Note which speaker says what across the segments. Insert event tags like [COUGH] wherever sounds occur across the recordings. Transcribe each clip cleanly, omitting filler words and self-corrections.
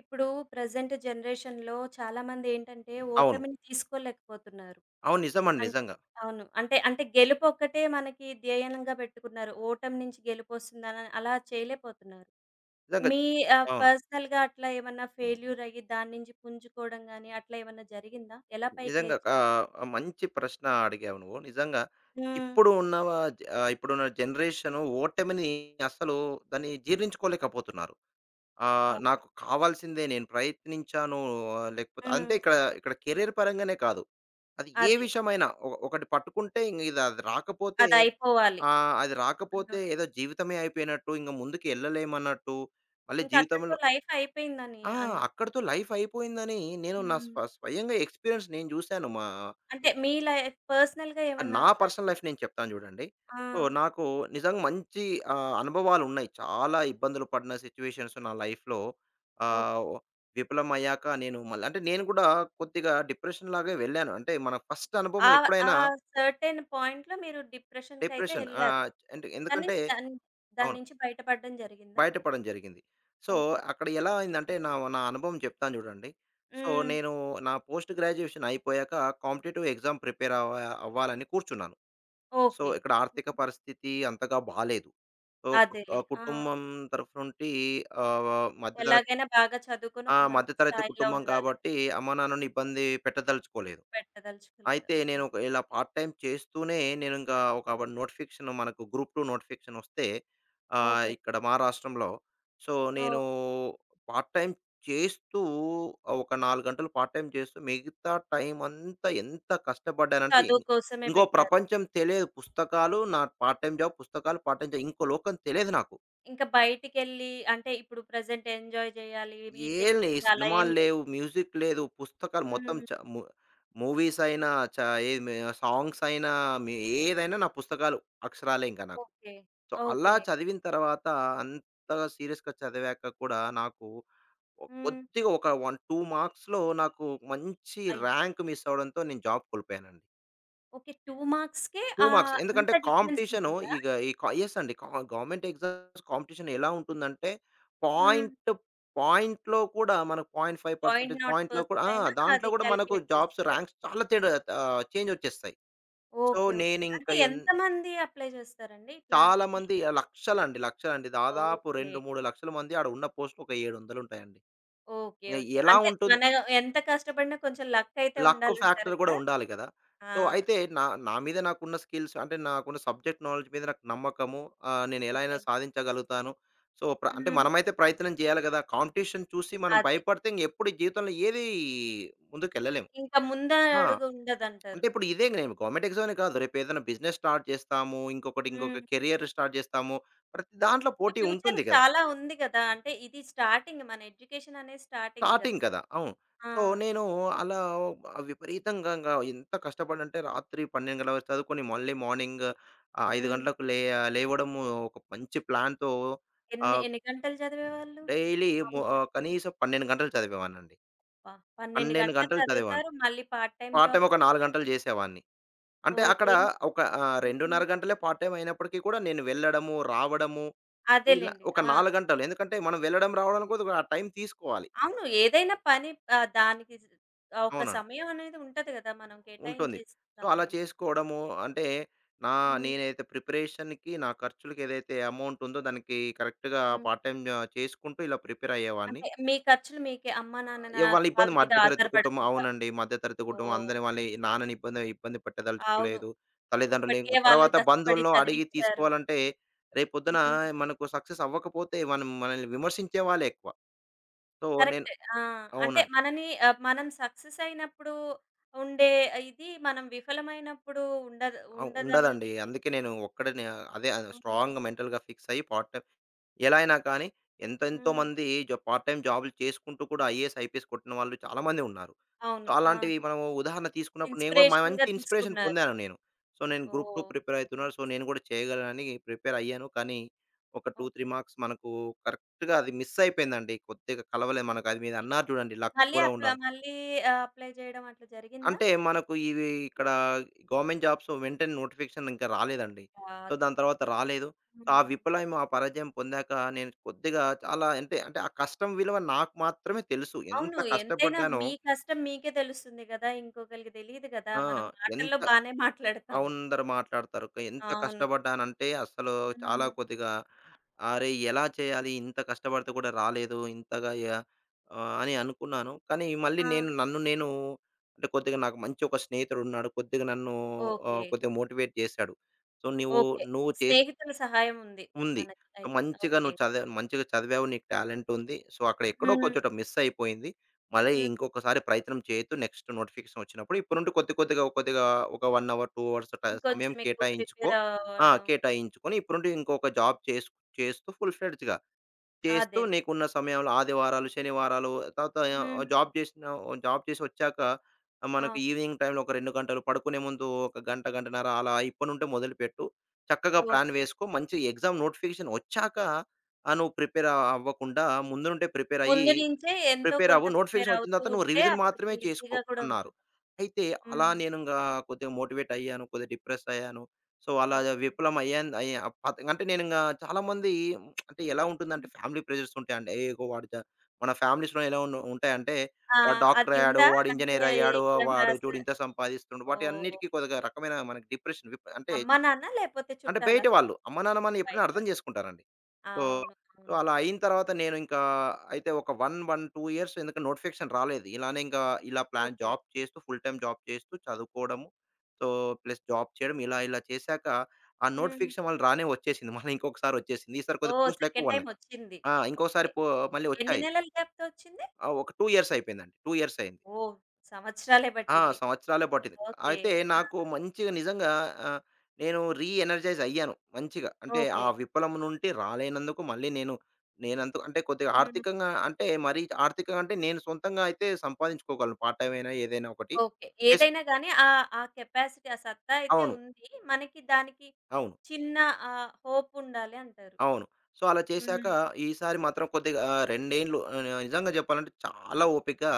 Speaker 1: ఇప్పుడు ప్రెజెంట్ జనరేషన్‌లో చాలామంది ఏంటంటే
Speaker 2: అవును.
Speaker 1: ఓటమిని తీసుకోలేకపోతున్నారు.
Speaker 2: అవును. నిజమండి.
Speaker 1: అన్
Speaker 2: నిజంగా.
Speaker 1: అవును. అంటే గెలుపొక్కటే మనకి ధ్యేయంగా పెట్టుకున్నారు. ఓటమి నుంచి గెలుపొస్తుందని అలా చేయలేకపోతున్నారు.
Speaker 2: నిజంగా.
Speaker 1: మీ
Speaker 2: అవును.
Speaker 1: పర్సనల్‌గా అట్లా ఏమన్నా ఫెయిల్యూర్ అయ్యి దాని నుంచి పుంజుకోవడం గాని అట్లా ఏమన్నా జరిగిందా? ఎలా పైకి
Speaker 2: నిజంగా
Speaker 1: లేచారు?
Speaker 2: మంచి ప్రశ్న అడిగావు నువ్వు. నిజంగా
Speaker 1: హ్మ్.
Speaker 2: ఇప్పుడు ఉన్న వ ఇప్పుడున్న జనరేషను ఓటమిని అసలు దాన్ని జీర్ణించుకోలేకపోతున్నారు.
Speaker 1: అవును.
Speaker 2: నాకు కావాల్సిందే నేను ప్రయత్నించాను లేకపోతే
Speaker 1: హ్మ్.
Speaker 2: అంటే ఇక్కడ ఇక్కడ కెరియర్ పరంగానే కాదు. అది ఏ
Speaker 1: అదే.
Speaker 2: విషయమైనా ఒకటి పట్టుకుంటే ఇంగ ఇది అది రాకపోతే
Speaker 1: అదయిపోవాలి.
Speaker 2: అది
Speaker 1: ఆ!
Speaker 2: రాకపోతే ఏదో జీవితమే అయిపోయినట్టు ఇంక ముందుకు ఎళ్ళలేమన్నట్టు మళ్ళీ
Speaker 1: ఇంకా అక్కడితో
Speaker 2: జీవితంలో
Speaker 1: లైఫ్ అయిపోయిందని
Speaker 2: ఆ!
Speaker 1: అని.
Speaker 2: అక్కడితో లైఫ్ అయిపోయిందని నేను నా
Speaker 1: హ్మ్.
Speaker 2: స్వ స్వయంగా ఎక్స్‌పీరియన్స్ నేను జూసాను.
Speaker 1: అంటే మీ లైఫ్ పర్సనల్‌గా ఏమన్నా
Speaker 2: నా పర్సనల్
Speaker 1: అట్లాంటిది.
Speaker 2: లైఫ్ నేను చెప్తాను జూడండి.
Speaker 1: ఆ!
Speaker 2: సో, నాకు నిజంగా మంచి అనుభవాలున్నాయి. చాలా ఇబ్బందులు పడిన సిట్యుయేషన్స్ నా లైఫ్‌లో ఆహ్,
Speaker 1: ఓకే.
Speaker 2: ఒ విఫలమయ్యాక నేను మళ్ళీ అంటే నేను గూడా కొద్దిగా డిప్రెషన్ లాగే వెళ్ళాను. అంటే మన ఫస్ట్ అనుభవం
Speaker 1: ఆ ఆ
Speaker 2: ఎప్పుడైనా
Speaker 1: సర్టెన్ పాయింట్‌లో మీరు డిప్రెషన్‌కైతే
Speaker 2: డిప్రెషన్.
Speaker 1: ఎళ్లారు.
Speaker 2: అంటే
Speaker 1: దాని
Speaker 2: ఎందుకంటే
Speaker 1: నుంచి దాని దాని
Speaker 2: అవును.
Speaker 1: నుంచి బయటపడడం జరిగిందా?
Speaker 2: బయటపడడం జరిగింది. So,
Speaker 1: okay.
Speaker 2: అక్కడ ఎలా అయిందంటే నా నా అనుభవం చెప్తాను చూడండి. సో,
Speaker 1: హ్మ్.
Speaker 2: నేను నా పోస్ట్ గ్రాడ్యుయేషన్ అయిపోయాక కాంపిటీటివ్ ఎగ్జామ్ ప్రిపేర్ అవ్వ అవ్వాలని కూర్చున్నాను. So,
Speaker 1: okay.
Speaker 2: ఇక్కడ ఆర్థిక
Speaker 1: హ్మ్.
Speaker 2: పరిస్థితి అంతగా బాలేదు. సో, కు
Speaker 1: అదేలే.
Speaker 2: ఆహ్,
Speaker 1: ఆ!
Speaker 2: కుటుంబం తరఫు నుండి మధ్య తరగతి
Speaker 1: ఎలాగైనా బాగా చదువుకొని
Speaker 2: ఆ!
Speaker 1: ఒక
Speaker 2: మధ్య
Speaker 1: మంచి
Speaker 2: తరగతి
Speaker 1: స్థాయిలో
Speaker 2: కుటుంబం
Speaker 1: ఉండాలని.
Speaker 2: కాబట్టి అమ్మానాన్నని ఇబ్బంది పెట్టదలుచుకోలేదు.
Speaker 1: పెట్టదలుచుకోలేదు.
Speaker 2: అయితే నేను
Speaker 1: అవును.
Speaker 2: ఒక ఇలా పార్ట్ టైమ్ చేస్తూనే నేను ఇంకా ఒక నోటిఫికేషన్ మనకు గ్రూప్ 2 నోటిఫికేషన్ వస్తే
Speaker 1: ఓకే.
Speaker 2: ఇక్కడ మా రాష్ట్రంలో. సో, నేను
Speaker 1: ఓహ్!
Speaker 2: పార్ట్ టైమ్ చేస్తూ ఒక 4 గంటలు పార్ట్ టైమ్ చేస్తూ మిగతా టైమ్ అంతా ఎంత
Speaker 1: చదువు కోసమే
Speaker 2: ఇంకో
Speaker 1: పెట్టారు.
Speaker 2: ప్రపంచం తెలియదు. పుస్తకాలు, నా పార్ట్ టైమ్ జాబ్, పుస్తకాలు, పార్ట్ టైమ్ జాబ్ ఇంకో లోకం తెలియదు నాకు.
Speaker 1: ఇంకా బయటికెళ్ళి అంటే ఇప్పుడు ప్రెజెంట్ ఎంజాయ్ చేయాలి,
Speaker 2: ఏం
Speaker 1: వీకెండ్స్
Speaker 2: లే
Speaker 1: వస్తే అలా ఏం
Speaker 2: సినిమాలు
Speaker 1: లేదు.
Speaker 2: లేవు. మ్యూజిక్ లేదు. పుస్తకాలు మొత్తం
Speaker 1: హ్మ్.
Speaker 2: చ ము మూవీస్ అయినా చ ఏది మే సాంగ్స్ అయినా మి ఏదైనా నా పుస్తకాలు అక్షరాలే ఇంక నాకు.
Speaker 1: ఓకే.
Speaker 2: సో, అలా
Speaker 1: ఓకే.
Speaker 2: చదివిన తర్వాత అంతగా సీరియస్‌గా చదివాక కూడా నాకు
Speaker 1: హ్మ్.
Speaker 2: కొద్దిగా ఒక 1, 2 మార్క్స్‌లో నాకు మంచి
Speaker 1: అయ్యో!
Speaker 2: ర్యాంక్ మిస్ అవ్వడంతో నేను జాబ్ కోల్పోయానండి.
Speaker 1: ఓకే. 2 మార్క్స్‌కే
Speaker 2: 2 మార్క్స్.
Speaker 1: అంత
Speaker 2: ఎందుకంటే
Speaker 1: డిఫరెన్స్
Speaker 2: కాంపిటీషను
Speaker 1: ఉంటుందా?
Speaker 2: ఇగ ఈ కా యెస్ అండి. గవర్నమెంట్ ఎగ్జామ్స్ కాంపిటీషన్ ఎలా ఉంటుందంటే
Speaker 1: హ్మ్.
Speaker 2: పాయింట్ పాయింట్‌లో కూడా మనకు 0.5
Speaker 1: పాయింట్
Speaker 2: పర్సెంటేజ్
Speaker 1: నాట్
Speaker 2: పాయింట్‌లో కూడా
Speaker 1: పర్సెంట్
Speaker 2: ఆ!
Speaker 1: అయినా
Speaker 2: దాంట్లో
Speaker 1: అది
Speaker 2: కూడా మనకు
Speaker 1: కాలిక్యులేట్
Speaker 2: జాబ్స్
Speaker 1: చేస్తారు.
Speaker 2: ర్యాంక్స్ చాలా తేడా చేంజ్ వచ్చేస్తాయి. So,
Speaker 1: okay. ఓకే.
Speaker 2: నేనింక
Speaker 1: అంటే
Speaker 2: ఎన్
Speaker 1: ఎంతమంది అప్లై చేస్తారండి? ఇట్లా
Speaker 2: చాలా
Speaker 1: ఈ
Speaker 2: మంది లక్షలండి, లక్షలండి. దాదాపు
Speaker 1: ఓకే.
Speaker 2: 2, 3 లక్షల మంది ఆడ ఉన్న పోస్టులు ఒక 700 ఉంటాయండి.
Speaker 1: ఓకే.
Speaker 2: ఇంగ
Speaker 1: ఓకే.
Speaker 2: ఎలా
Speaker 1: అంటే
Speaker 2: ఉంటుం
Speaker 1: మన ఎంత కష్టపడినా కొంచెం లక్ అయితే
Speaker 2: లక్
Speaker 1: ఉండాలంటారు
Speaker 2: ఫ్యాక్టర్ కూడా
Speaker 1: కదా!
Speaker 2: ఉండాలి కదా!
Speaker 1: ఆ!
Speaker 2: సో, అయితే నా నా మీద నాకున్న స్కిల్స్ అంటే నాకున్న సబ్జెక్ట్ నాలెడ్జ్ మీద నాకు నమ్మకము. నేను ఎలా అయినా
Speaker 1: ఓకే.
Speaker 2: సాధించగలుగుతాను. సో, అంటే
Speaker 1: హ్మ్.
Speaker 2: మనమైతే ప్రయత్నం చేయాలి కదా! కాంపిటీషన్ చూసి మనం
Speaker 1: అదే.
Speaker 2: భయపడితే ఇంగెప్పుడు జీవితంలో ఏది ముందుకెళ్ళలేము.
Speaker 1: ఇంకా
Speaker 2: ఆ!
Speaker 1: ముందడుగు
Speaker 2: అంటే
Speaker 1: ఉండదంటారు.
Speaker 2: ఇప్పుడు ఇదే
Speaker 1: హ్మ్.
Speaker 2: నేను గవర్నమెంట్ ఎగ్జామనే కాదు. రేపు ఏదైనా బిజినెస్ స్టార్ట్ చేస్తాము. ఇంకొకటి ఇంకొక
Speaker 1: హ్మ్.
Speaker 2: కెరియర్ స్టార్ట్ చేస్తాము. ప్రతి దాంట్లో
Speaker 1: అంటే
Speaker 2: పోటీ
Speaker 1: ఫ్యూచర్
Speaker 2: ఉంటుంది కదా!
Speaker 1: చాలా ఉంది కదా! అంటే ఇది స్టార్టింగ్, మన ఎడ్యుకేషన్ అనేది స్టార్టింగ్ కదా!
Speaker 2: స్టార్టింగ్ కదా! అవును.
Speaker 1: ఆ!
Speaker 2: సో, నేను అలా విపరీతంగా ఇంగా ఎంత కష్టపడంటే రాత్రి 12 గంటల వరకు చదువుకొని మళ్ళీ మార్నింగ్ 5
Speaker 1: హ్మ్.
Speaker 2: గంటలకు లే లేవడము ఒక మంచి ప్లాన్‌తో
Speaker 1: ఎన్ని
Speaker 2: ఆహ్,
Speaker 1: ఎన్ని గంటలు చదివేవాళ్ళు?
Speaker 2: డైలీ మొ
Speaker 1: మామూలుగా?
Speaker 2: ఆహ్, కనీసం 12 గంటలు చదివేవాడినండి.
Speaker 1: అబ్బా! 12
Speaker 2: 12
Speaker 1: గంటలు
Speaker 2: గంటలు చదివాను.
Speaker 1: చదువుతారు. మళ్ళీ part time
Speaker 2: part
Speaker 1: job
Speaker 2: time ఒక 4 గంటలు
Speaker 1: చేసేవాళ్ళు.
Speaker 2: చేసేవాడిని. అంటే అక్కడ
Speaker 1: ఓకే.
Speaker 2: ఒక
Speaker 1: హ్మ్.
Speaker 2: 2:30 గంటలే పార్ట్ టైమ్ అయినప్పటికీ కూడా నేను వెళ్ళడము, రావడము ఇలా
Speaker 1: అదేలెండి.
Speaker 2: ఒక
Speaker 1: ఆ!
Speaker 2: 4 గంటలు. ఎందుకంటే మనం వెళ్ళడం, రావడానికి కూడా ఆ టైం తీసుకోవాలి.
Speaker 1: అవును. ఏదైనా పని ఆహ్, దానికి జ్ ఒక
Speaker 2: అవునండి.
Speaker 1: సమయం అనేది ఉంటది గదా! మనం
Speaker 2: ఉంటుంది.
Speaker 1: కేటాయించేసే
Speaker 2: సో, అలా
Speaker 1: సమయం.
Speaker 2: చేసుకోవడము అంటే నా
Speaker 1: హ్మ్.
Speaker 2: నేనైతే ప్రిపరేషన్‌కి, నా ఖర్చులకి ఏదైతే అమౌంట్ ఉందో దానికి కరెక్ట్‌గా
Speaker 1: హ్మ్.
Speaker 2: పార్ట్ టైమ్ చేసుకుంటూ ఇలా ప్రిపేర్ అయ్యేవాడిని.
Speaker 1: అంటే మీ ఖర్చులు మీకే, అమ్మా,
Speaker 2: ఆహ్,
Speaker 1: నాన్న
Speaker 2: ఇగ వాళ్ళ
Speaker 1: వాళ్ళ
Speaker 2: ఇబ్బంది
Speaker 1: మీద
Speaker 2: మధ్యతరగతి కుటుంబం
Speaker 1: ఆధారపడకుండా.
Speaker 2: అవునండి. మధ్యతరగతి కుటుంబం
Speaker 1: ఓహ్!
Speaker 2: అందరి వాళ్ళని
Speaker 1: నైస్.
Speaker 2: నాన్నని ఇబ్బంది ఇబ్బంది
Speaker 1: అవును.
Speaker 2: పెట్టదలుచుకోలేదు. తల్లిదండ్రులు ఇంక
Speaker 1: ఇప్పటికే వాళ్ళు
Speaker 2: తర్వాత
Speaker 1: కష్టపడి
Speaker 2: బంధువులను అడిగి
Speaker 1: చదివించారు.
Speaker 2: తీసుకోవాలంటే రేపొద్దున
Speaker 1: హ్మ్.
Speaker 2: మనకు సక్సెస్ అవ్వకపోతే మనం మనల్ని విమర్శించే వాళ్ళే ఎక్కువ. సో, నేను
Speaker 1: కరెక్టే. ఆ! అంటే
Speaker 2: అవునండి.
Speaker 1: మనని మనం సక్సెస్ అయినప్పుడు ఉండే ఇది మనం విఫలమైనప్పుడు ఉండదు ఉండదని
Speaker 2: ఉండదండి.
Speaker 1: మీకి.
Speaker 2: అందుకే నేను ఒక్కడినే అదే
Speaker 1: హ్మ్.
Speaker 2: స్ట్రాంగ్‌గా మెంటల్‌గా ఫిక్స్ అయ్యి పార్ట్ టైమ్ ఎలా అయినా కానీ ఎంతెంతో
Speaker 1: హ్మ్.
Speaker 2: మంది పార్ట్ టైమ్ జాబ్‌లు చేసుకుంటూ కూడా ఐఏఎస్, ఐపీఎస్ కొట్టిన వాళ్ళు చాలా మంది ఉన్నారు. సో,
Speaker 1: అవును. ఆ!
Speaker 2: అలాంటివి మనము ఉదాహరణ తీసుకున్నప్పుడు నేను కూడా మంచి
Speaker 1: ఇన్‌స్పిరేషన్‌గా
Speaker 2: ఇన్‌స్పిరేషన్
Speaker 1: తీసుకున్నారు.
Speaker 2: పొందాను నేను. సో, నేను గ్రూప్ 2
Speaker 1: ఓహ్!
Speaker 2: ప్రిపేర్ అయితున్నాను. So,
Speaker 1: nice.
Speaker 2: నేను కూడా చేయగలనని ప్రిపేర్ అయ్యాను. కానీ ఒక 2, 3
Speaker 1: ఓకే.
Speaker 2: మార్క్స్ మనకు కరెక్ట్‌గా అది మిస్ అయిపోయిందండి. కొద్దిగా కలవలేదు మనకు అది మీరు అన్నారు
Speaker 1: అయ్యో!
Speaker 2: చూడండి లక్
Speaker 1: మళ్ళీ
Speaker 2: కూడా
Speaker 1: అప్ల
Speaker 2: ఉండాలి.
Speaker 1: మళ్ళీ ఆహ్, అప్లై చేయడం అట్లా జరిగిందా?
Speaker 2: అంటే మనకు ఇవి ఇక్కడ గవర్నమెంట్ జాబ్స్ వెంటనే నోటిఫికేషన్ ఇంకా రాలేదండి. సో,
Speaker 1: కాదు.
Speaker 2: దాని తర్వాత రాలేదు. ఆ
Speaker 1: హ్మ్.
Speaker 2: విఫలయం, ఆ పరాజయం పొందాక నేను కొద్దిగా చాలా అంటే ఆ కష్టం విలువ నాకు మాత్రమే తెలుసు. ఎంత
Speaker 1: అవును. ఎంతైనా
Speaker 2: కష్టపడ్డానో
Speaker 1: మీ కష్టం మీకే తెలుస్తుంది గదా! ఇంకొకళ్ళకి తెలీదు గదా!
Speaker 2: ఆ!
Speaker 1: మనం
Speaker 2: ఎంత
Speaker 1: మాటల్లో బానే మాట్లాడతాం.
Speaker 2: అందరూ మాట్లాడతారు. ఎంత
Speaker 1: అవును.
Speaker 2: కష్టపడ్డానంటే అస్సలు చాలా
Speaker 1: హ్మ్.
Speaker 2: కొద్దిగా అరే! ఎలా చేయాలి? ఇంత కష్టపడితే కూడా రాలేదు. ఇంతగా య అని అనుకున్నాను. కానీ మళ్ళీ
Speaker 1: ఆ!
Speaker 2: నేను నన్ను నేను అంటే కొద్దిగా నాకు మంచి ఒక స్నేహితుడున్నాడు. కొద్దిగా నన్ను
Speaker 1: ఓకే.
Speaker 2: కొద్దిగా మోటివేట్ చేశాడు. సో, "నువ్వు
Speaker 1: ఓకే.
Speaker 2: నువ్వు చేస్""
Speaker 1: స్నేహితుల సహాయం ఉంది
Speaker 2: ఉంది.
Speaker 1: మనకి
Speaker 2: సో,
Speaker 1: అయితే.
Speaker 2: మంచిగా
Speaker 1: ఓకే.
Speaker 2: నువ్వు చదివా మంచిగా చదివావు. నీకు టాలెంట్ ఉంది. సో, అక్కడ ఎక్కడో ఒక
Speaker 1: హ్మ్.
Speaker 2: చోట మిస్ అయిపోయింది. మళ్ళీ
Speaker 1: హ్మ్.
Speaker 2: ఇంకొకసారి ప్రయత్నం చేయొద్దు. నెక్స్ట్ నోటిఫికేషన్ వచ్చినప్పుడు ఇప్పటి నుండి కొద్దిగా ఒక 1 అవర్, 2 అవర్స్ ట సమయం
Speaker 1: ఇంకొంచెం ఎక్కువ
Speaker 2: కేటాయించుకో.
Speaker 1: ప్రిపేర్
Speaker 2: ఆ!
Speaker 1: అవ్వడం.
Speaker 2: కేటాయించుకొని ఇప్పటి నుండి ఇంకొక జాబ్ చేసు చేస్తూ ఫుల్ ఫ్లెడ్జ్‌గా. చేస్తూ
Speaker 1: అదేలే.
Speaker 2: నీకున్న సమయంలో ఆదివారాలు, శనివారాలు తర్వాత
Speaker 1: హ్మ్.
Speaker 2: జాబ్ చేసొచ్చాక మనకు
Speaker 1: ఆ!
Speaker 2: ఈవినింగ్ టైమ్‌లో ఒక 2 గంటలు పడుకునే ముందు ఒక గంట, గంటన్నర అలా ఇప్పటినుంటే మొదలుపెట్టు. చక్కగా ప్లాన్
Speaker 1: ఓకే.
Speaker 2: వేసుకో. మంచి ఎగ్జామ్ నోటిఫికేషన్ వచ్చాక నువ్వు ప్రిపేర్ అవ్వకుండా ముందు నుండే ప్రిపేర్ అయ్యి
Speaker 1: ముందు నుంచే ఎంతో
Speaker 2: ప్రిపేర్
Speaker 1: కొంత
Speaker 2: అవ్వు.
Speaker 1: ప్రిపేర్
Speaker 2: నోటిఫికేషన్ వచ్చిన
Speaker 1: అవుతూ
Speaker 2: తర్వాత నువ్వు
Speaker 1: ఉంటే
Speaker 2: రివిజన్
Speaker 1: అప్పటికి
Speaker 2: మాత్రమే చేసుకో
Speaker 1: ఈజీగా కూడా
Speaker 2: అన్నారు.
Speaker 1: ఉంటుంది.
Speaker 2: అయితే అలా
Speaker 1: హ్మ్.
Speaker 2: నేను ఇంగా కొద్దిగా మోటివేట్ అయ్యాను. కొద్దిగా డిప్రెస్ అయ్యాను. సో, అలా
Speaker 1: ఓకే.
Speaker 2: విఫలం అయ్యాను. అయ్యా పత్ అంటే నేను ఇంగా చాలామంది [TSK] అంటే ఎలా ఉంటుందంటే
Speaker 1: హ్మ్.
Speaker 2: ఫ్యామిలీ ప్రెషర్స్ ఉంటాయండి. "ఏగో వాడు జ" మన ఫ్యామిలీస్‌లో ఎలా ఉంటాయంటే
Speaker 1: ఆ!
Speaker 2: వాడు డాక్టర్
Speaker 1: అది
Speaker 2: అయ్యాడు.
Speaker 1: ఉందా?
Speaker 2: వాడు
Speaker 1: అంటే
Speaker 2: ఇంజినీర్ అయ్యాడు.
Speaker 1: ఎగ్జామ్
Speaker 2: వాడు
Speaker 1: రాసే.
Speaker 2: చూడు ఇంత సంపాదిస్తుండు. వాటి
Speaker 1: ఓహ్!
Speaker 2: అన్నిటికి కొద్దిగా రకమైన మనకి డిప్రెషన్ అంటే
Speaker 1: అమ్మా, నాన్న లేపోతే
Speaker 2: అంటే
Speaker 1: చుట్టాలా?
Speaker 2: బయట వాళ్ళు అమ్మ, నాన్న మనల్ని ఎప్పుడైనా
Speaker 1: బయట
Speaker 2: అర్థం
Speaker 1: వాళ్ళు.
Speaker 2: చేసుకుంటారండి. సో,
Speaker 1: అవును.
Speaker 2: సో,
Speaker 1: అవును.
Speaker 2: అలా అయిన తర్వాత నేను ఇంకా అయితే ఒక 2 ఇయర్స్ ఎందుకంటే నోటిఫికేషన్ రాలేదు. ఇలానే ఇంకా ఇలా ప్లాన్
Speaker 1: ఓకే.
Speaker 2: జాబ్ చేస్తూ ఫుల్ టైమ్ జాబ్ చేస్తూ చదువుకోవడము. సో, ప్లస్ జాబ్ చేయడం ఇలా ఇలా చేశాక ఆ
Speaker 1: హ్మ్.
Speaker 2: నోటిఫికేషన్ మళ్ళీ రానే వచ్చేసింది. మళ్ళీ ఇంకొకసారి వచ్చేసింది. ఈసారి కొద్దిగా
Speaker 1: ఓహ్!
Speaker 2: పోస్ట్‌లు
Speaker 1: సెకండ్
Speaker 2: ఎక్కువ
Speaker 1: టైమ్
Speaker 2: ఉన్నాయి.
Speaker 1: వచ్చింది.
Speaker 2: ఆ! ఇంకోసారి
Speaker 1: ఓకే.
Speaker 2: పో మళ్ళీ
Speaker 1: ఎన్ని
Speaker 2: వచ్చాయి.
Speaker 1: నెలల గ్యాప్‌తో వచ్చింది?
Speaker 2: ఒక 2 ఇయర్స్ అయిపోయిందండి. 2 ఇయర్స్ అయింది.
Speaker 1: ఓహ్! సంవత్సరాలే
Speaker 2: ఆ!
Speaker 1: పట్టింది.
Speaker 2: సంవత్సరాలే పట్టింది.
Speaker 1: ఓకే.
Speaker 2: అయితే
Speaker 1: ఆ!
Speaker 2: నాకు మంచిగా నిజంగా ఆహ్, నేను రీ ఎనర్జైజ్ అయ్యాను మంచిగా. అంటే ఆ
Speaker 1: ఓకే.
Speaker 2: విప్లవం నుండి రాలేనందుకు మళ్ళీ నేను అంటే కొద్దిగా
Speaker 1: హ్మ్.
Speaker 2: ఆర్థికంగా అంటే మరీ ఆర్థికంగా అంటే నేను సొంతంగా అయితే సంపాదించుకోగలను. పార్ట్ టైమ్ అయినా ఏదైనా ఒకటి
Speaker 1: ఓకే.
Speaker 2: చేసు
Speaker 1: ఏదైనా గాని ఆ ఆ కెపాసిటీ, ఆ సత్తా అయితే
Speaker 2: అవును.
Speaker 1: ఉంది. మనకి దానికి
Speaker 2: అవును.
Speaker 1: చిన్న హోప్ ఉండాలి అంటారు.
Speaker 2: అవును. సో, అలా చేశాక
Speaker 1: హ్మ్.
Speaker 2: ఈసారి మాత్రం కొద్దిగా 2 ఏండ్లు ఆహ్, ని నిజంగా చెప్పాలంటే చాలా ఓపికగా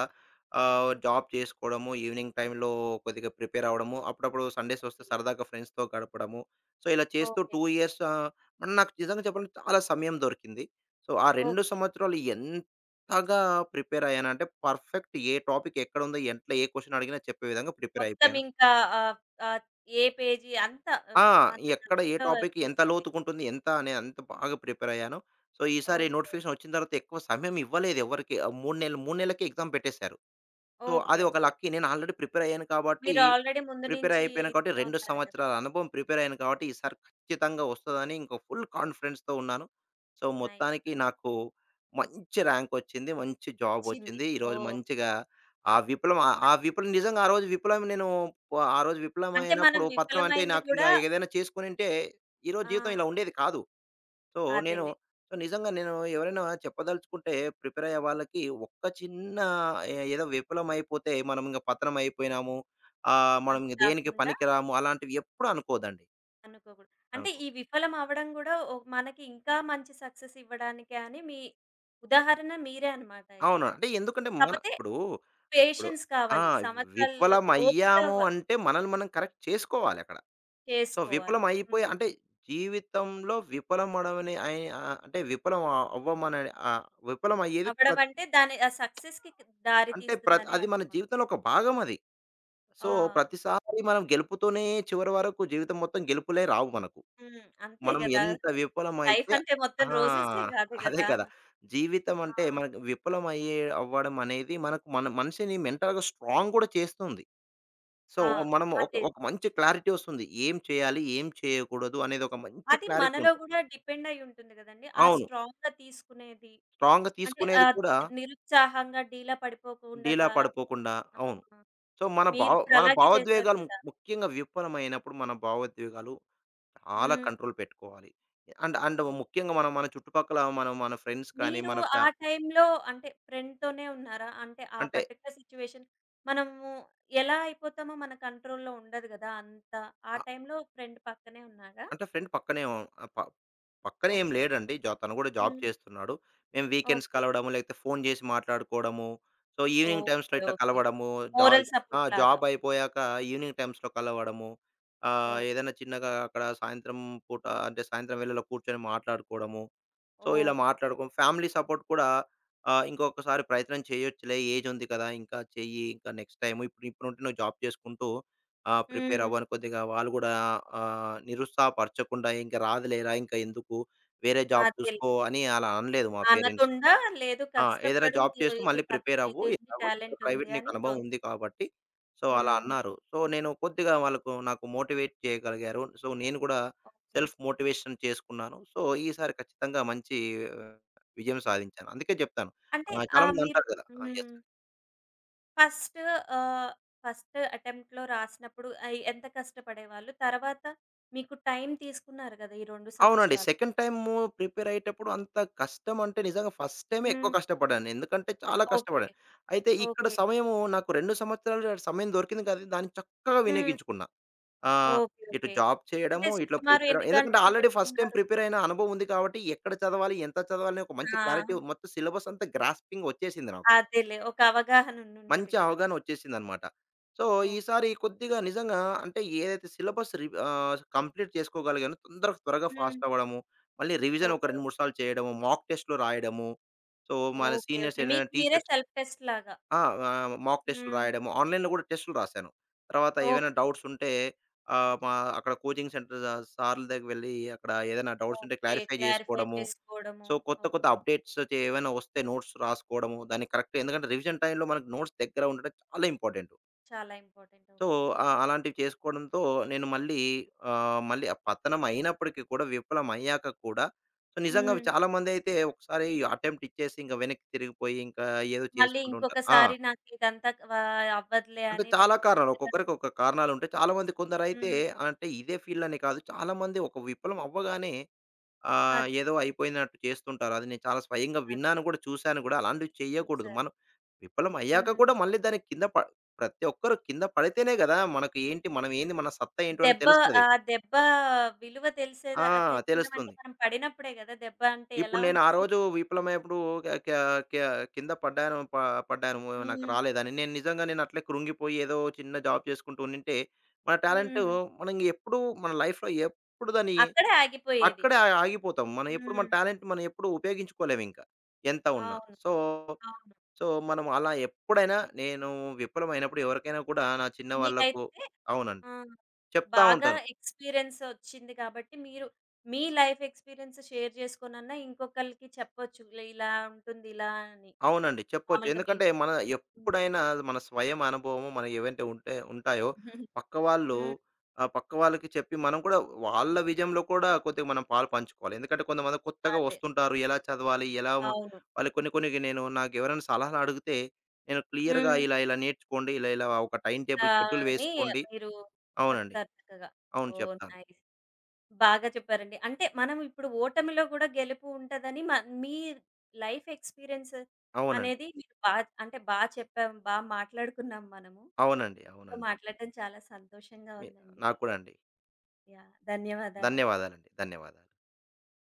Speaker 1: హ్మ్.
Speaker 2: జాబ్ చేసుకోవడము, ఈవినింగ్ టైమ్‌లో కొద్దిగా ప్రిపేర్ అవ్వడము, అప్పుడప్పుడు సండేస్ వస్తే
Speaker 1: ఓకే.
Speaker 2: సరదాగా ఫ్రెండ్స్‌తో గడపడము. సో, ఇలా చేస్తూ
Speaker 1: ఓకే.
Speaker 2: 2 ఇయర్స్ మరి నాకు నిజంగా చెప్పాలంటే చాలా సమయం దొరికింది. సో, ఆ 2
Speaker 1: ఓకే.
Speaker 2: సంవత్సరాలు ఎంతగా ప్రిపేర్ అయ్యానంటే పర్ఫెక్ట్ ఏ టాపిక్ ఎక్కడుందో, ఎట్లా ఏ క్వెషన్ అడిగినా చెప్పే విధంగా ప్రిపేర్
Speaker 1: మొత్తం
Speaker 2: అయిపోయాను.
Speaker 1: ఇంకా ఆహ్, ఆహ్, ఏ పేజీ అంతా
Speaker 2: ఆ!
Speaker 1: మన
Speaker 2: ఎక్కడ ఏ
Speaker 1: ఇదిలో
Speaker 2: టాపిక్ ఎంత
Speaker 1: వచ్చేసింది.
Speaker 2: లోతుగుంటుంది, ఎంత అనే అంత బాగా ప్రిపేర్ అయ్యాను. సో, ఈసారి
Speaker 1: ఓకే.
Speaker 2: నోటిఫికేషన్ వచ్చిన తర్వాత ఎక్కువ సమయం ఇవ్వలేదు ఎవరికీ. 3 నెలలకే ఎగ్జామ్ పెట్టేసారు. So,
Speaker 1: okay.
Speaker 2: అది ఒక
Speaker 1: ఓకే.
Speaker 2: లక్కీ. నేను ఆల్రెడీ ప్రిపేర్ అయ్యాను కాబట్టి,
Speaker 1: మీరు ఆల్రెడీ ముందు
Speaker 2: ప్రిపేర్
Speaker 1: నుంచి
Speaker 2: అయిపోయాను కాబట్టి
Speaker 1: ఇదిలో
Speaker 2: 2
Speaker 1: ఉన్నారు కదా!
Speaker 2: సంవత్సరాల అనుభవం ప్రిపేర్ అయ్యాను కాబట్టి, ఈసారి ఖచ్చితంగా వస్తదని ఇంక ఫుల్ కాన్ఫిడెన్స్‌తో ఉన్నాను. So,
Speaker 1: nice.
Speaker 2: మొత్తానికి
Speaker 1: ఆ!
Speaker 2: నాకు మంచి ర్యాంక్ వచ్చింది. మంచి జాబ్
Speaker 1: వచ్చింది.
Speaker 2: వచ్చింది. ఈరోజు
Speaker 1: ఓహ్!
Speaker 2: మంచిగా ఆ విప్లవం ఆ ఆ
Speaker 1: మంచి.
Speaker 2: విప్లవం నిజంగా ఆ రోజు విప్లవం నేను ఆ రోజు విప్లవం
Speaker 1: అంటే మనం
Speaker 2: అయినప్పుడు పత్రం అంటే
Speaker 1: విఫలమైంది
Speaker 2: నాకు ఇంగా
Speaker 1: గూడా.
Speaker 2: ఏదైనా చేసుకొనుంటే, ఈరోజు
Speaker 1: ఆ!
Speaker 2: జీవితం ఇలా ఉండేది కాదు. సో, నేను
Speaker 1: అదేలే.
Speaker 2: సో, నిజంగా నేను ఎవరైనా చెప్పదలుచుకుంటే ప్రిపేర్ అయ్యే వాళ్ళకి ఒక్క చిన్న ఏదో విఫలమైపోతే మనం ఇంక పతనం అయిపోయినాము. మనం
Speaker 1: అది
Speaker 2: ఇంక దేనికి
Speaker 1: కాకుండా
Speaker 2: పనికిరాము అలాంటివి ఎప్పుడు అనుకోవద్దండి.
Speaker 1: అనుకోకూడదు. అంటే
Speaker 2: అనుకో
Speaker 1: ఈ విఫలం అవ్వడం గూడా ఓ మనకి ఇంకా మంచి సక్సెస్ ఇవ్వడానికే అని మీ ఉదాహరణ మీరే అన్నమాట అయితే.
Speaker 2: అవును. అంటే ఎందుకంటే మన
Speaker 1: కాపోతే
Speaker 2: ఇప్పుడు ఇప్పుడు
Speaker 1: పేషెన్స్
Speaker 2: ఆ!
Speaker 1: కావాలి. సంవత్సరాలు ఓపిక
Speaker 2: విఫలమయ్యాము అంటే మనల్ని మనం కరెక్ట్ చేసుకోవాలి అక్కడ. సో, విఫలం
Speaker 1: చేసుకోవాలి. హ్మ్.
Speaker 2: అయిపోయి అంటే జీవితంలో విఫలమడమని అయి ఆహ్, అంటే విఫలం అవ్వమని ఆహ్, విఫలం అయ్యేది ప్ర
Speaker 1: అవ్వడం అంటే దాని ఆ సక్సెస్‌కి దారి
Speaker 2: అంటే ప్ర
Speaker 1: తీస్తుందనే
Speaker 2: అది మన
Speaker 1: అర్థం
Speaker 2: జీవితంలో
Speaker 1: అవుతుంది.
Speaker 2: ఒక భాగం అది. సో,
Speaker 1: ఆ!
Speaker 2: ప్రతిసారి మనం గెలుపుతోనే చివరి వరకు జీవితం మొత్తం గెలుపులే రావు మనకు.
Speaker 1: హ్మ్. అంతే
Speaker 2: మనం
Speaker 1: గదా!
Speaker 2: ఎంత
Speaker 1: లైఫ్
Speaker 2: విఫలమైతే
Speaker 1: అంటే మొత్తం
Speaker 2: ఆ!
Speaker 1: రోజెసే గాదు
Speaker 2: అదే
Speaker 1: గదా!
Speaker 2: కదా! జీవితం
Speaker 1: ఆ!
Speaker 2: అంటే మనకు విఫలమయ్యే అవ్వడం అనేది మనకు మన మనిషిని మెంటల్‌గా స్ట్రాంగ్ కూడా చేస్తుంది. సో,
Speaker 1: ఆ!
Speaker 2: మనం ఒక
Speaker 1: అదే.
Speaker 2: ఒక మంచి క్లారిటీ వస్తుంది. ఏం చేయాలి? ఏం చేయకూడదు? అనేది ఒక మంచి
Speaker 1: అది
Speaker 2: క్లారిటీ
Speaker 1: మనలో
Speaker 2: ఉంటుంది.
Speaker 1: గూడా డిపెండ్ అయ్యి ఉంటుంది గదండీ. ఆ
Speaker 2: అవును.
Speaker 1: స్ట్రాంగ్‌గా తీసుకునేది.
Speaker 2: స్ట్రాంగ్‌గా
Speaker 1: అంటే
Speaker 2: తీసుకునేది కూడా
Speaker 1: నిరుత్సాహంగా డీలా పడిపోకుండా
Speaker 2: డీలా పడిపోకుండా అవును.
Speaker 1: ఆహా!
Speaker 2: సో,
Speaker 1: మీరిప్పుడు
Speaker 2: మన
Speaker 1: అలాగే చేశారు
Speaker 2: భావోద్వేగాలు
Speaker 1: కదా!
Speaker 2: ముఖ్యంగా విఫలమైనప్పుడు మన భావోద్వేగాలు చాలా
Speaker 1: హ్మ్.
Speaker 2: కంట్రోల్ పెట్టుకోవాలి. అండ్ అండ్
Speaker 1: అవ్
Speaker 2: ముఖ్యంగా మనం మన చుట్టుపక్కల మనం మన ఫ్రెండ్స్ కానీ,
Speaker 1: మీరు
Speaker 2: మన ఫ్యా
Speaker 1: ఆ టైంలో అంటే ఫ్రెండ్‌తోనే ఉన్నారా? అంటే ఆ
Speaker 2: అంటే
Speaker 1: పర్టిక్యులర్ సిట్యుయేషన్. మనము ఎలా అయిపోతామో మన కంట్రోల్‌లో ఉండదు గదా! అంతా. ఆ
Speaker 2: ఆహ్,
Speaker 1: టైంలో ఫ్రెండ్ పక్కనే ఉన్నారా?
Speaker 2: అంటే ఫ్రెండ్ పక్కనే ఆహ్, ప పక్కనే ఏం
Speaker 1: ఓకే.
Speaker 2: లేడండి. తను కూడా జాబ్
Speaker 1: హ్మ్.
Speaker 2: చేస్తున్నాడు. మేము వీకెండ్స్
Speaker 1: ఓకే.
Speaker 2: కలవడము, లేకపోతే ఫోన్ చేసి మాట్లాడుకోవడము. సో, ఈవినింగ్ టైమ్స్‌లో
Speaker 1: ఓకే.
Speaker 2: ఇట్లా
Speaker 1: ఓకే.
Speaker 2: కలవడము. జా
Speaker 1: మోరల్
Speaker 2: ఆ!
Speaker 1: సపోర్ట్ లాగా.
Speaker 2: జాబ్ అయిపోయాక ఈవినింగ్ టైమ్స్‌లో కలవడము.
Speaker 1: ఓహ్!
Speaker 2: ఏదైనా చిన్నగా అక్కడ సాయంత్రం పూట అంటే సాయంత్రం వేళలో కూర్చొని మాట్లాడుకోవడము. సో, ఇలా
Speaker 1: ఓకే.
Speaker 2: మాట్లాడుకోం. ఫ్యామిలీ సపోర్ట్ కూడా ఇంకొకసారి ప్రయత్నం చేయొచ్చులే ఏజ్ ఉంది కదా! ఇంకా చెయ్యి. ఇంకా నెక్స్ట్ టైము ఇప్పుడుంటే నువ్వు జాబ్ చేసుకుంటూ ప్రిపేర్
Speaker 1: హ్మ్.
Speaker 2: అవ్వని కొద్దిగా వాళ్ళు గూడా నిరుత్సాహపరచకుండా ఇంక రాదులేరా! ఇంక ఎందుకు వేరే జాబ్
Speaker 1: అదేలే.
Speaker 2: చూసుకో అని అలా అనలేదు మా పేరెంట్స్.
Speaker 1: అనకుండా లేదు,
Speaker 2: ఆ! ఏదైనా
Speaker 1: కష్టపడు
Speaker 2: జాబ్
Speaker 1: నువ్వు,
Speaker 2: చేస్తూ
Speaker 1: నీకు
Speaker 2: మళ్ళీ ప్రిపేర్ అవ్వు.
Speaker 1: ఇది ఉంది,
Speaker 2: ఎలాగో ఇక్కడ
Speaker 1: టాలెంట్
Speaker 2: ప్రైవేట్
Speaker 1: ఉంది
Speaker 2: నీకు
Speaker 1: అని
Speaker 2: అనుభవం
Speaker 1: ప్రోత్స.
Speaker 2: ఉంది కాబట్టి, సో, అలా
Speaker 1: హ్మ్.
Speaker 2: అన్నారు. సో, నేను కొద్దిగా
Speaker 1: ఓకే.
Speaker 2: వాళ్ళకు నాకు మోటివేట్ చేయగలిగారు. సో, నేను కూడా
Speaker 1: ఓకే.
Speaker 2: సెల్ఫ్ మోటివేషన్ చేసుకున్నాను. సో, ఈసారి ఖచ్చితంగా మంచి ఆహ్, విజయం
Speaker 1: హ్మ్.
Speaker 2: సాధించాను. అందుకే చెప్తాను.
Speaker 1: అంటే
Speaker 2: చాలామంది
Speaker 1: మీరు
Speaker 2: అంటారు కదా! ఆ!
Speaker 1: Hmm.
Speaker 2: Yes.
Speaker 1: First ah, first అటెంప్ట్‌లో రాసినప్పుడు ఎంత కష్టపడేవాళ్ళు? తర్వాత మీకు టైం తీసుకున్నారు గదా! ఈ 2
Speaker 2: అవునండి.
Speaker 1: సంవత్సరాలు.
Speaker 2: సెకండ్ టైము ప్రిపేర్ అయ్యేటప్పుడు అంత కష్టం అంటే నిజంగా ఫస్ట్ టైమే ఎక్కువ
Speaker 1: హ్మ్.
Speaker 2: కష్టపడ్డాను. ఎందుకంటే చాలా
Speaker 1: ఓకే.
Speaker 2: కష్టపడాను. అయితే ఇక్కడ
Speaker 1: ఓకే.
Speaker 2: సమయము నాకు 2 సంవత్సరాలు సమయం దొరికింది కదా! దాన్ని చక్కగా
Speaker 1: హ్మ్.
Speaker 2: వినియోగించుకున్నాను. ఆహ్,
Speaker 1: ఓకే.
Speaker 2: ఇటు
Speaker 1: ఓకే.
Speaker 2: జాబ్
Speaker 1: అంటే
Speaker 2: చేయడము, ఇట్లా
Speaker 1: సుమారు
Speaker 2: ప్రిపేర్
Speaker 1: ఎన్ని
Speaker 2: ఎందుకంటే
Speaker 1: గంటలు
Speaker 2: ఆల్రెడీ ఫస్ట్ టైమ్
Speaker 1: పెట్టుకున్నారు?
Speaker 2: ప్రిపేర్ అయిన అనుభవం ఉంది కాబట్టి, ఎక్కడ చదవాలి, ఎంత చదవాలి అనే ఒక మంచి
Speaker 1: ఆ!
Speaker 2: క్లారిటీ మొత్తం సిలబస్ అంతా గ్రాస్పింగ్ వచ్చేసింది నాకు.
Speaker 1: అదేలే. ఒక అవగాహన ఉండుంటది
Speaker 2: మంచి
Speaker 1: గదా!
Speaker 2: అవగాహన వచ్చేసిందనమాట. So,
Speaker 1: okay.
Speaker 2: ఈసారి కొద్దిగా నిజంగా అంటే ఏదైతే సిలబస్ కంప్లీట్ చేసుకోగలిగానో తొందరగా త్వరగా
Speaker 1: హ్మ్.
Speaker 2: ఫాస్ట్ అవ్వడము, మళ్ళీ రివిజన్ ఒక
Speaker 1: ఓకే.
Speaker 2: 2, 3 సార్లు చేయడము, మాక్ టెస్ట్‌లు రాయడము. సో, మన
Speaker 1: ఓకే.
Speaker 2: Seniors
Speaker 1: okay.
Speaker 2: ఏదైనా
Speaker 1: మీకు మీరే
Speaker 2: టీచర్స్
Speaker 1: సెల్ఫ్ టెస్ట్ లాగా.
Speaker 2: ఆ! మాక్ టెస్ట్‌లు
Speaker 1: హ్మ్.
Speaker 2: రాయడము. ఆన్‌లైన్‌లో కూడా టెస్ట్‌లు రాశాను. తర్వాత ఏవైనా
Speaker 1: ఓకే.
Speaker 2: డౌట్స్ ఉంటే ఆహ్, మా అక్కడ కోచింగ్ సెంటర్ సార్‌ల దగ్గరికి వెళ్లి అక్కడ ఏదైనా డౌట్స్ ఉంటే
Speaker 1: ఓకే.
Speaker 2: క్లారిఫై
Speaker 1: క్లారిఫై
Speaker 2: చేసుకోవడము.
Speaker 1: చేసుకోవడము.
Speaker 2: సో, కొత్త కొత్త
Speaker 1: ఓకే.
Speaker 2: అప్‌డేట్స్ ఏవైనా వస్తే నోట్స్ రాసుకోవడము. దాన్ని కరెక్ట్ ఎందుకంటే రివిజన్ టైమ్‌లో మనకు నోట్స్ దగ్గర ఉండడం చాలా ఇంపార్టెంటు.
Speaker 1: చాలా ఇంపార్టెంట్.
Speaker 2: So,
Speaker 1: okay.
Speaker 2: అలాంటివి చేసుకోవడంతో నేను మళ్ళీ మళ్ళీ ఆ పతనం అయినప్పటికీ కూడా విఫలం అయ్యాక కూడా సో, నిజంగా అవి
Speaker 1: హ్మ్.
Speaker 2: చాలామందైతే ఒకసారి అటెంప్ట్ ఇచ్చేసి ఇంక వెనక్కి తిరిగిపోయి ఇంకా ఏదో
Speaker 1: మళ్ళీ
Speaker 2: చేసుకుంటూ ఉంటారు. ఆ!
Speaker 1: ఇంకొకసారి నాకిదంతా క వ అవ్వదులే
Speaker 2: అంటే
Speaker 1: అని
Speaker 2: చాలా
Speaker 1: వెనక్కి
Speaker 2: కారణాలు.
Speaker 1: వెనక.
Speaker 2: ఒక్కొక్కరికి ఒక్కొక్క కారణాలుంటాయి. చాలామంది కొందరైతే
Speaker 1: హ్మ్.
Speaker 2: అంటే ఇదే ఫీల్డని కాదు. చాలామంది ఒక విప్లవం అవ్వగానే
Speaker 1: అది.
Speaker 2: ఏదో అయిపోయినట్టు చేస్తుంటారు. అది నేను చాలా స్వయంగా
Speaker 1: అది.
Speaker 2: విన్నాను గూడా, చూసాను గూడా. అలాంటివి చేయకూడదు.
Speaker 1: చూసారు.
Speaker 2: మనం విఫలం అయ్యాక
Speaker 1: హ్మ్.
Speaker 2: కూడా మళ్ళీ దానికి కింద ప ప్రతి ఒక్కరు కింద పడితేనే గదా! మనకు ఏంటి, మనం ఏంది, మన సత్తా ఏంటో అని
Speaker 1: దెబ్బ
Speaker 2: తెలుస్తది.
Speaker 1: ఆ దెబ్బ విలువ
Speaker 2: ఆ!
Speaker 1: తెలిసేదా తెలియడం అంటే
Speaker 2: తెలుస్తుంది.
Speaker 1: మనం పడినప్పుడే గదా! దెబ్బ అంటే
Speaker 2: ఇప్పుడు
Speaker 1: ఎలా
Speaker 2: నేను ఆ
Speaker 1: ఉంటదని.
Speaker 2: రోజు విఫలమైనప్పుడు క క క కింద పడ్డాను ప పడ్డాను. నాకు
Speaker 1: హ్మ్.
Speaker 2: రాలేదని. నేను నిజంగా నేను అట్లే కృంగిపోయి ఏదో చిన్న జాబ్ చేసుకుంటూ ఉండింటే, మన టాలెంట్
Speaker 1: హ్మ్.
Speaker 2: మనం ఎప్పుడూ మన లైఫ్‌లో ఎప్పుడు దాన్ని
Speaker 1: అక్కడే ఆగిపోయేది.
Speaker 2: అక్కడే ఆగిపోతాం. మనం ఎప్పుడు
Speaker 1: హ్మ్.
Speaker 2: మన టాలెంట్ మనం ఎప్పుడు ఉపయోగించుకోలేమింక. ఎంత ఉన్నా.
Speaker 1: అవును.
Speaker 2: సో,
Speaker 1: అవును.
Speaker 2: సో మనం అలా ఎప్పుడైనా నేను విఫలమైనప్పుడు ఎవరికైనా కూడా నా చిన్న వాళ్ళకు
Speaker 1: మీకైతే
Speaker 2: అవునండి.
Speaker 1: ఆ!
Speaker 2: చెప్తా
Speaker 1: బాగా
Speaker 2: ఉంటాను.
Speaker 1: ఎక్స్‌పీరియన్స్ ఒచ్చింది కాబట్టి, మీరు మీ లైఫ్ ఎక్స్‌పీరియన్స్ షేర్ జేసుకోనన్నా ఇంకొకళ్ళకి చెప్పొచ్చు. ఇలా ఇలా ఉంటుంది ఇలా అని.
Speaker 2: అవునండి. చెప్పొచ్చు.
Speaker 1: మామూలుగా మీ
Speaker 2: ఎందుకంటే, మన
Speaker 1: హ్మ్.
Speaker 2: ఎప్పుడైనా మన స్వయం అనుభవము మనం ఏవైతే ఉంటే ఉంటాయో, పక్కవాళ్ళు
Speaker 1: హ్మ్.
Speaker 2: పక్క వాళ్ళకి చెప్పి మనం కూడా వాళ్ళ విజయంలో కూడా కొద్దిగా మనం పాలు పంచుకోవాలి. ఎందుకంటే, కొంతమంది కొత్తగా
Speaker 1: అదే.
Speaker 2: వస్తుంటారు. ఎలా చదవాలి? ఎలా మ
Speaker 1: అవును.
Speaker 2: వాళ్ళు కొన్ని కొన్ని నేను నాకెవరైనా సలహాలు అడిగితే, నేను క్లియర్‌గా
Speaker 1: హ్మ్.
Speaker 2: ఇలా ఇలా నేర్చుకోండి. ఇలా ఇలా ఒక టైమ్
Speaker 1: ఇలా
Speaker 2: టేబుల్ షెడ్యూల్
Speaker 1: అని
Speaker 2: వేసుకోండి.
Speaker 1: మీరు
Speaker 2: అవునండి.
Speaker 1: చెప్తారు చక్కగా.
Speaker 2: అవును
Speaker 1: ఓహ్!
Speaker 2: చెప్తాను.
Speaker 1: నైస్. బాగా చెప్పారండి. అంటే మనం ఇప్పుడు ఓటమిలో కూడా గెలుపు ఉంటదని మ మీ లైఫ్ ఎక్స్‌పీరియన్స్
Speaker 2: అవునండి.
Speaker 1: అనేది మీరు బా, అంటే బా చెప్పాం, బా మాట్లాడుకున్నాం మనము.
Speaker 2: అవునండి.
Speaker 1: మీతో
Speaker 2: అవునండి.
Speaker 1: మాట్లాడడం చాలా సంతోషంగా
Speaker 2: మీ
Speaker 1: ఉందండి.
Speaker 2: నాకు కూడా అండి.
Speaker 1: యాహ్! ధన్యవాదాలు.
Speaker 2: ధన్యవాదాలండి. ధన్యవాదాలు.